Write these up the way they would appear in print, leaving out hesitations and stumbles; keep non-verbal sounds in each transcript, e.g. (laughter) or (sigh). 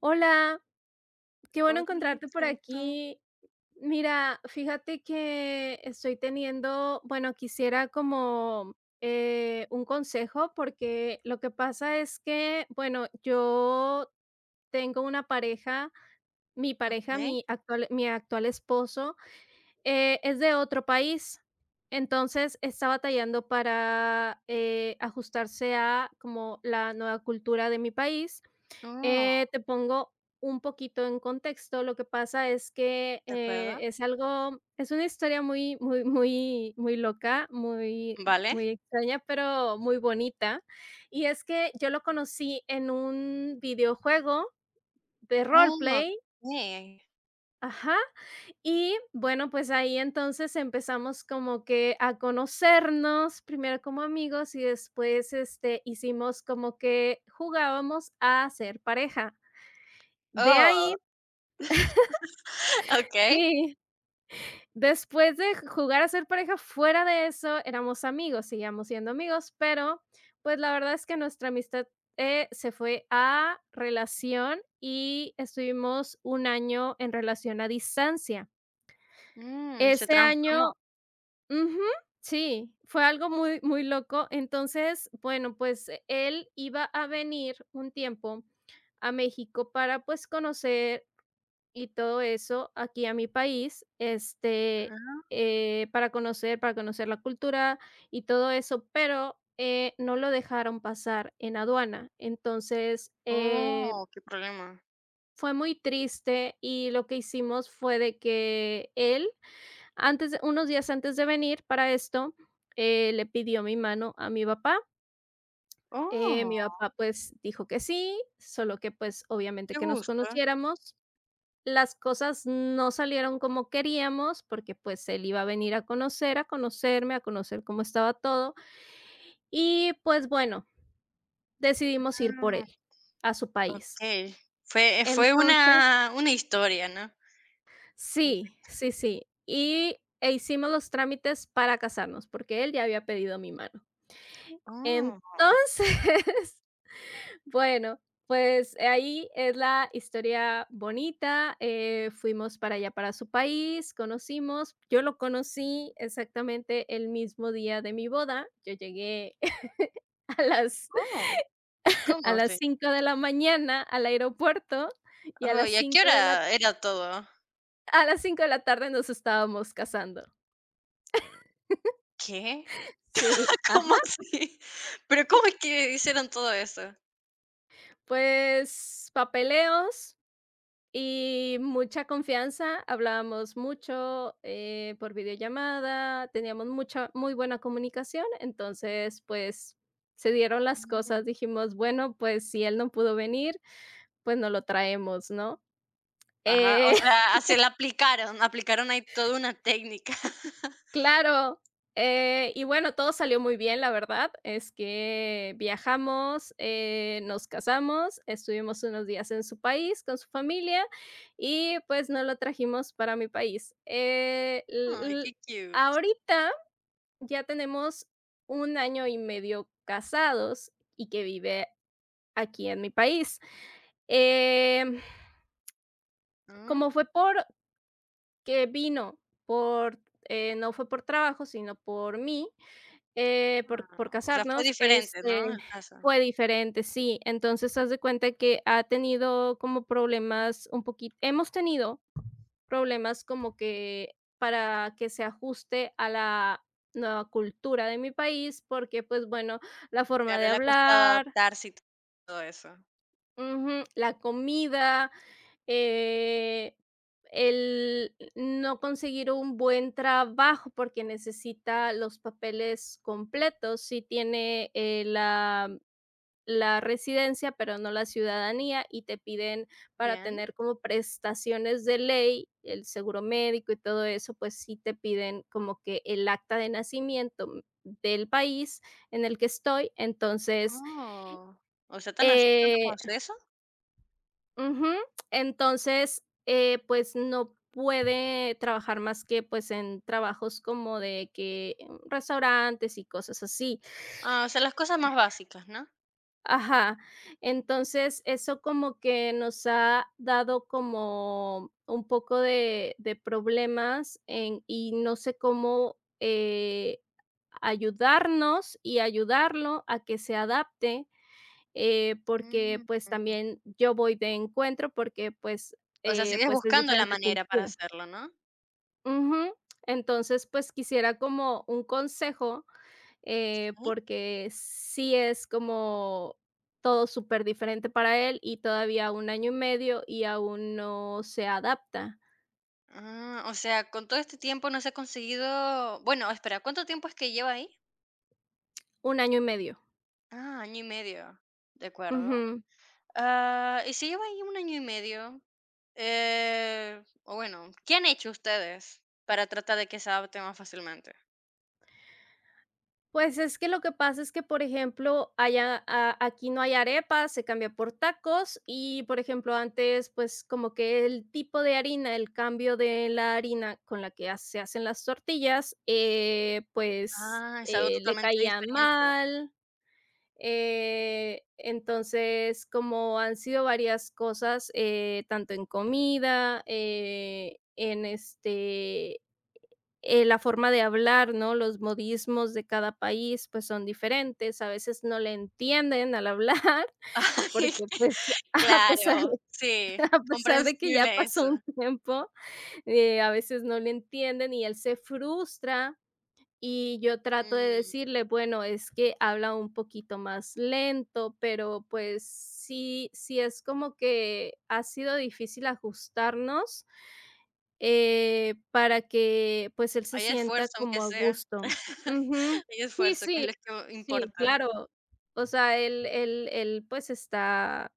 Hola, qué bueno Ori, encontrarte ¿te por gusta? aquí. Mira, fíjate que estoy teniendo, bueno, quisiera como un consejo porque lo que pasa es que, bueno, yo tengo una pareja, mi pareja, Okey. Mi actual esposo, es de otro país. Entonces está batallando para ajustarse a como la nueva cultura de mi país. Oh, Te pongo un poquito en contexto. Lo que pasa es que, ¿de acuerdo? Es una historia muy muy muy muy loca, muy ¿Vale? muy extraña, pero muy bonita. Y es que yo lo conocí en un videojuego de Oh, roleplay. okey. Ajá. Y bueno, pues ahí entonces empezamos como que a conocernos, primero como amigos y después, hicimos como que jugábamos a ser pareja. De Oh, ahí (laughs) okey. Sí, después de jugar a ser pareja, fuera de eso, éramos amigos, seguíamos siendo amigos, pero, pues, la verdad es que nuestra amistad, se fue a relación y estuvimos un año en relación a distancia. Mm, se Ese transformó. año, ujú, sí, fue algo muy, muy loco. Entonces, bueno, pues, él iba a venir un tiempo a México para, pues, conocer y todo eso aquí a mi país, Ah, para conocer la cultura y todo eso, pero, no lo dejaron pasar en aduana. Entonces, oh, qué problema. fue muy triste, y lo que hicimos fue de que él, antes de unos días antes de venir para esto, le pidió mi mano a mi papá. Oh, Mi papá, pues, dijo que sí, solo que, pues, obviamente qué que nos gusto. conociéramos. Las cosas no salieron como queríamos, porque, pues, él iba a venir a conocer, a conocerme, a conocer cómo estaba todo, y, pues, bueno, decidimos ir por Ah, él, a su país. okey. Fue Entonces una historia, ¿no? Com sí, sí, sí, y hicimos los trámites para casarnos, porque él ya había pedido mi mano. oh, de Entonces (laughs) bueno, pues ahí es la historia bonita. Fuimos para allá, para su país, conocimos. Yo lo conocí exactamente el mismo día de mi boda. Yo llegué (laughs) a las oh, ¿cómo a las así? 5 de la mañana al aeropuerto y Oh, ¿y a qué hora era todo? a las 5 de la tarde nos estábamos casando. ¿Qué? Sí, (laughs) ¿Cómo ajá, así? (laughs) ¿Pero cómo es que hicieron todo eso? pues papeleos. Y mucha confianza, hablábamos mucho, por videollamada, teníamos mucha muy buena comunicación. Entonces, pues, se dieron las cosas, dijimos: "Bueno, pues, si él no pudo venir, pues, no lo traemos", ¿no? Ajá, Eh o sea, así la aplicaron, aplicaron ahí toda una técnica. (laughs) Claro, y bueno, todo salió muy bien. La verdad es que viajamos, nos casamos, estuvimos unos días en su país con su familia y, pues, no lo trajimos para mi país. L Ay, l qué cute. ahorita ya tenemos un año y medio casados y que vive aquí en mi país. Em, ¿No? como fue por que vino por no fue por trabajo, sino por mí. Eh, por Ah, por o sea, fue casarnos, diferente, ¿no? El caso. fue diferente, sí. Entonces, haz de cuenta que ha tenido como problemas un poquito hemos tenido problemas como que para que se ajuste a la nueva cultura de mi país, porque, pues, bueno, la forma de Claro, le ha costado hablar, adaptarse y todo eso. ujú, la comida, eh, el no conseguir un buen trabajo porque necesita los papeles completos. Si tiene, la residencia, pero no la ciudadanía, y te piden para Bien. tener como prestaciones de ley, el seguro médico y todo eso, pues sí te piden como que el acta de nacimiento del país en el que estoy. Entonces, Oh, o sea, tan así, tanto eh, proceso. ujú. Entonces, pues, no puede trabajar más que, pues, en trabajos como de que en restaurantes y cosas así. Ah, o sea, las cosas más básicas, ¿no? Ajá. Entonces, eso como que nos ha dado como un poco de problemas. En Y no sé cómo, ayudarnos y ayudarlo a que se adapte, porque, Mm, pues, mm, también yo voy de encuentro porque, pues, o sea, sigues es buscando la diferente manera para cultura. hacerlo, ¿no? Ujú. Entonces, pues, quisiera como un consejo, Sí. porque sí es como todo súper diferente para él, y todavía un año y medio, y aún no se adapta. Ah, o sea, con todo este tiempo no se ha conseguido. Bueno, espera, ¿cuánto tiempo es que lleva ahí? Un año y medio. Ah, año y medio. De acuerdo. Ujú. Ah, y sí llevo ahí un año y medio. O bueno, ¿qué han hecho ustedes para tratar de que se adapte más fácilmente? Pues es que lo que pasa es que, por ejemplo, allá a aquí no hay arepas, se cambia por tacos y, por ejemplo, antes, pues, como que el tipo de harina, el cambio de la harina con la que ha se hacen las tortillas, pues, Ah, es algo le totalmente caía diferente. mal. Entonces, como han sido varias cosas, tanto en comida, en, este la forma de hablar, ¿no? Los modismos de cada país, pues, son diferentes, a veces no le entienden al hablar, (laughs) (laughs) Ay, porque, pues, (laughs) a pesar claro, sí, (laughs) a pesar de que ya comprensible eso. pasó un tiempo, a veces no le entienden y él se frustra y yo trato de Mm, decirle, bueno, es que habla un poquito más lento, pero pues sí, sí es como que ha sido difícil ajustarnos, para que, pues, él se hay sienta esfuerzo, aunque como a sea. gusto. (laughs) Ujú. Hay Sí, esfuerzo, que sí, es lo que sí, importa. claro. O sea, él, pues, está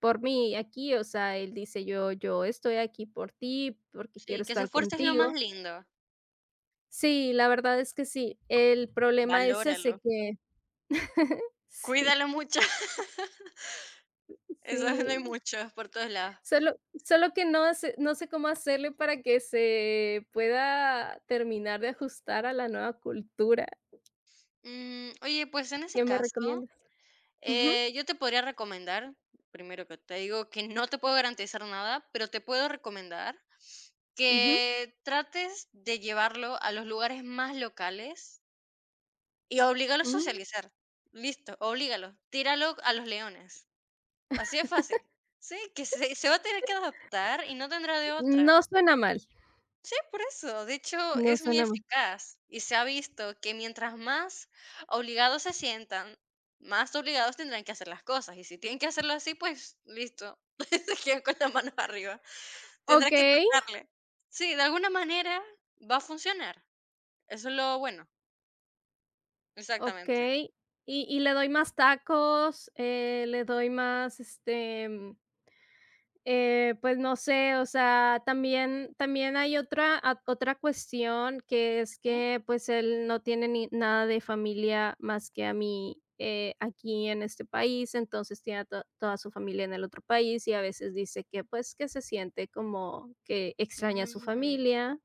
por mí aquí. O sea, él dice: Yo estoy aquí por ti, porque quiero Sí, que se estar esfuerce es lo más contigo". lindo. Sí, la verdad es que sí. El problema es Valóralo. ese que (laughs) sí, Cuídalo mucho. (laughs) Eso no hay sí. mucho por todos lados. Solo Solo que no sé cómo hacerle para que se pueda terminar de ajustar a la nueva cultura. Mm, oye, pues en ese ¿Qué me caso, recomiendas? Ujú, yo te podría recomendar, primero que te digo que no te puedo garantizar nada, pero te puedo recomendar ujú, que trates de llevarlo a los lugares más locales y oblígalo a ujú. socializar. Listo, oblígalo, tíralo a los leones. Así es fácil. Sí, se va a tener que adaptar y no tendrá de otra. No suena mal, Sí, por eso. De hecho, no es muy suena mal. eficaz y se ha visto que mientras más obligados se sientan, más obligados tendrán que hacer las cosas. Y si tienen que hacerlo así, pues listo, (laughs) se quedan con las manos arriba. Tendrás que Okey, tratarle. Sí, de alguna manera va a funcionar. Eso es lo bueno. Exactamente. okey. Y le doy más tacos, le doy más, pues no sé. O sea, también hay otra cuestión, que es ¿Sí? que, pues, él no tiene ni nada de familia más que a mí, aquí en este país. Entonces tiene a to toda su familia en el otro país, y a veces dice que, pues, que se siente como que extraña a su Mm. familia,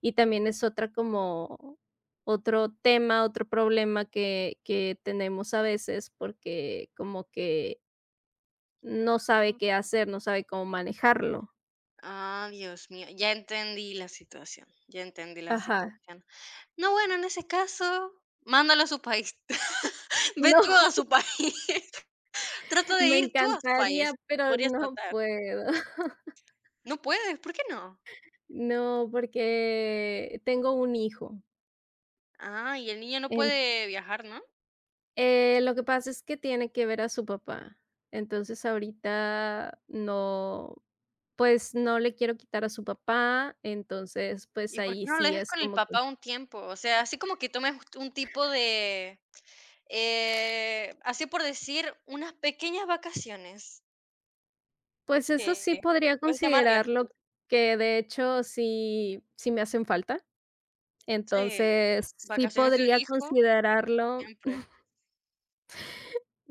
y también es otra como otro tema, otro problema que tenemos a veces, porque como que no sabe qué hacer, no sabe cómo manejarlo. Ah, Dios mío, ya entendí la situación, ya entendí la Ajá. situación. No, bueno, en ese caso, mándalo a su país. Ve tú No, a (laughs) su país. (laughs) Trata de me ir tú a su país. encantaría, pero Podrías no tratar. puedo. (laughs) No puedes, ¿por qué no? No, porque tengo un hijo. Ah, ¿y el niño no En puede viajar, ¿no? Lo que pasa es que tiene que ver a su papá. Entonces, ahorita no, pues, no le quiero quitar a su papá, entonces, pues, ¿Y por qué ahí no lo sí dejas es con el como que papá un tiempo? O sea, así como que tomes un tipo de, así por decir, unas pequeñas vacaciones. pues, eso Sí, sí podría puedes llamarlas así. considerarlo, que de hecho sí, sí me hacen falta. Sí, Entonces, sí vacaciones de un podría hijo, considerarlo. siempre.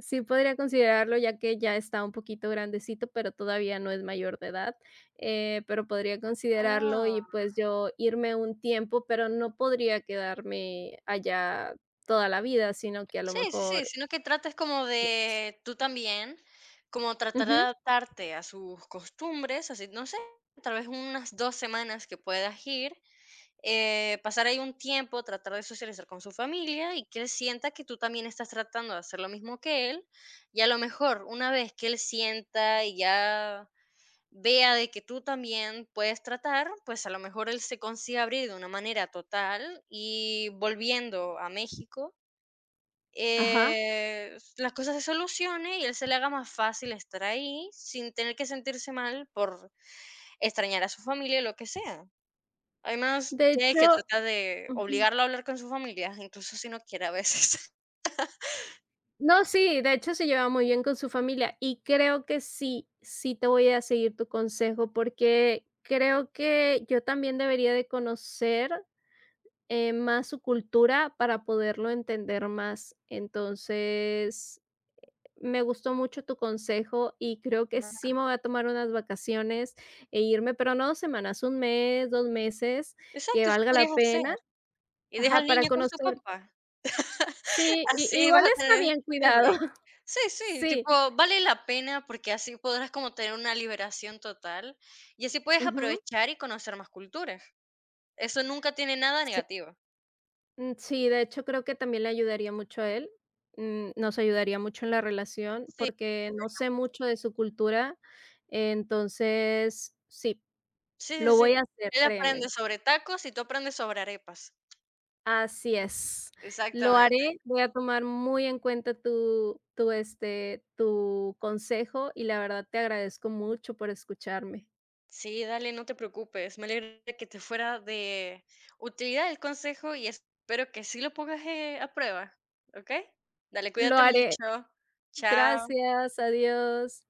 Sí, podría considerarlo, ya que ya está un poquito grandecito, pero todavía no es mayor de edad, pero podría considerarlo y, Ah. pues, yo irme un tiempo, pero no podría quedarme allá toda la vida, sino que a lo Sí, sí, sí, mejor sino que trates como de tú también, como tratar de ujú, adaptarte a sus costumbres, así, no sé, tal vez unas 2 semanas que puedas ir, pasar ahí un tiempo, tratar de socializar con su familia y que él sienta que tú también estás tratando de hacer lo mismo que él. Y a lo mejor una vez que él sienta y ya vea de que tú también puedes tratar, pues a lo mejor él se consigue abrir de una manera total y volviendo a México ajá. La cosa se solucionen y él se le haga más fácil estar ahí sin tener que sentirse mal por extrañar a su familia, lo que sea. Además, De tienes que hecho, tratar de ujú. obligarlo a hablar con su familia, incluso si no quiere a veces. (laughs) No, sí, de hecho se lleva muy bien con su familia y creo que sí, sí te voy a seguir tu consejo, porque creo que yo también debería de conocer más su cultura para poderlo entender más. Entonces, me gustó mucho tu consejo y creo que Ajá. sí me voy a tomar unas vacaciones e irme, pero no 2 semanas, un mes, 2 meses, que Exacto, eso valga la podrías hacer. pena. Y deja Ajá, al para niño con su conocer papá. (laughs) sí, i Así vas igual a está tener bien el cuidado. break. (laughs) Sí, sí, tipo, Sí. vale la pena porque así podrás como tener una liberación total y así puedes Ujú. aprovechar y conocer más culturas. Eso nunca tiene nada negativo. Mm, sí, de hecho, creo que también le ayudaría mucho a él, nos ayudaría mucho en la relación, Sí, porque no sé mucho de su cultura, entonces sí, sí, sí, lo voy sí. a hacer, Ella créeme. aprende sobre tacos y tú aprendes sobre arepas. Así es, lo Exactamente. haré, voy a tomar muy en cuenta tu consejo y la verdad te agradezco mucho por escucharme. Sí, dale, no te preocupes. Me alegra que te fuera de utilidad el consejo y espero que sí lo pongas a prueba, ¿ok? Dale, Lo cuídate haré. mucho. Chao. Gracias, adiós.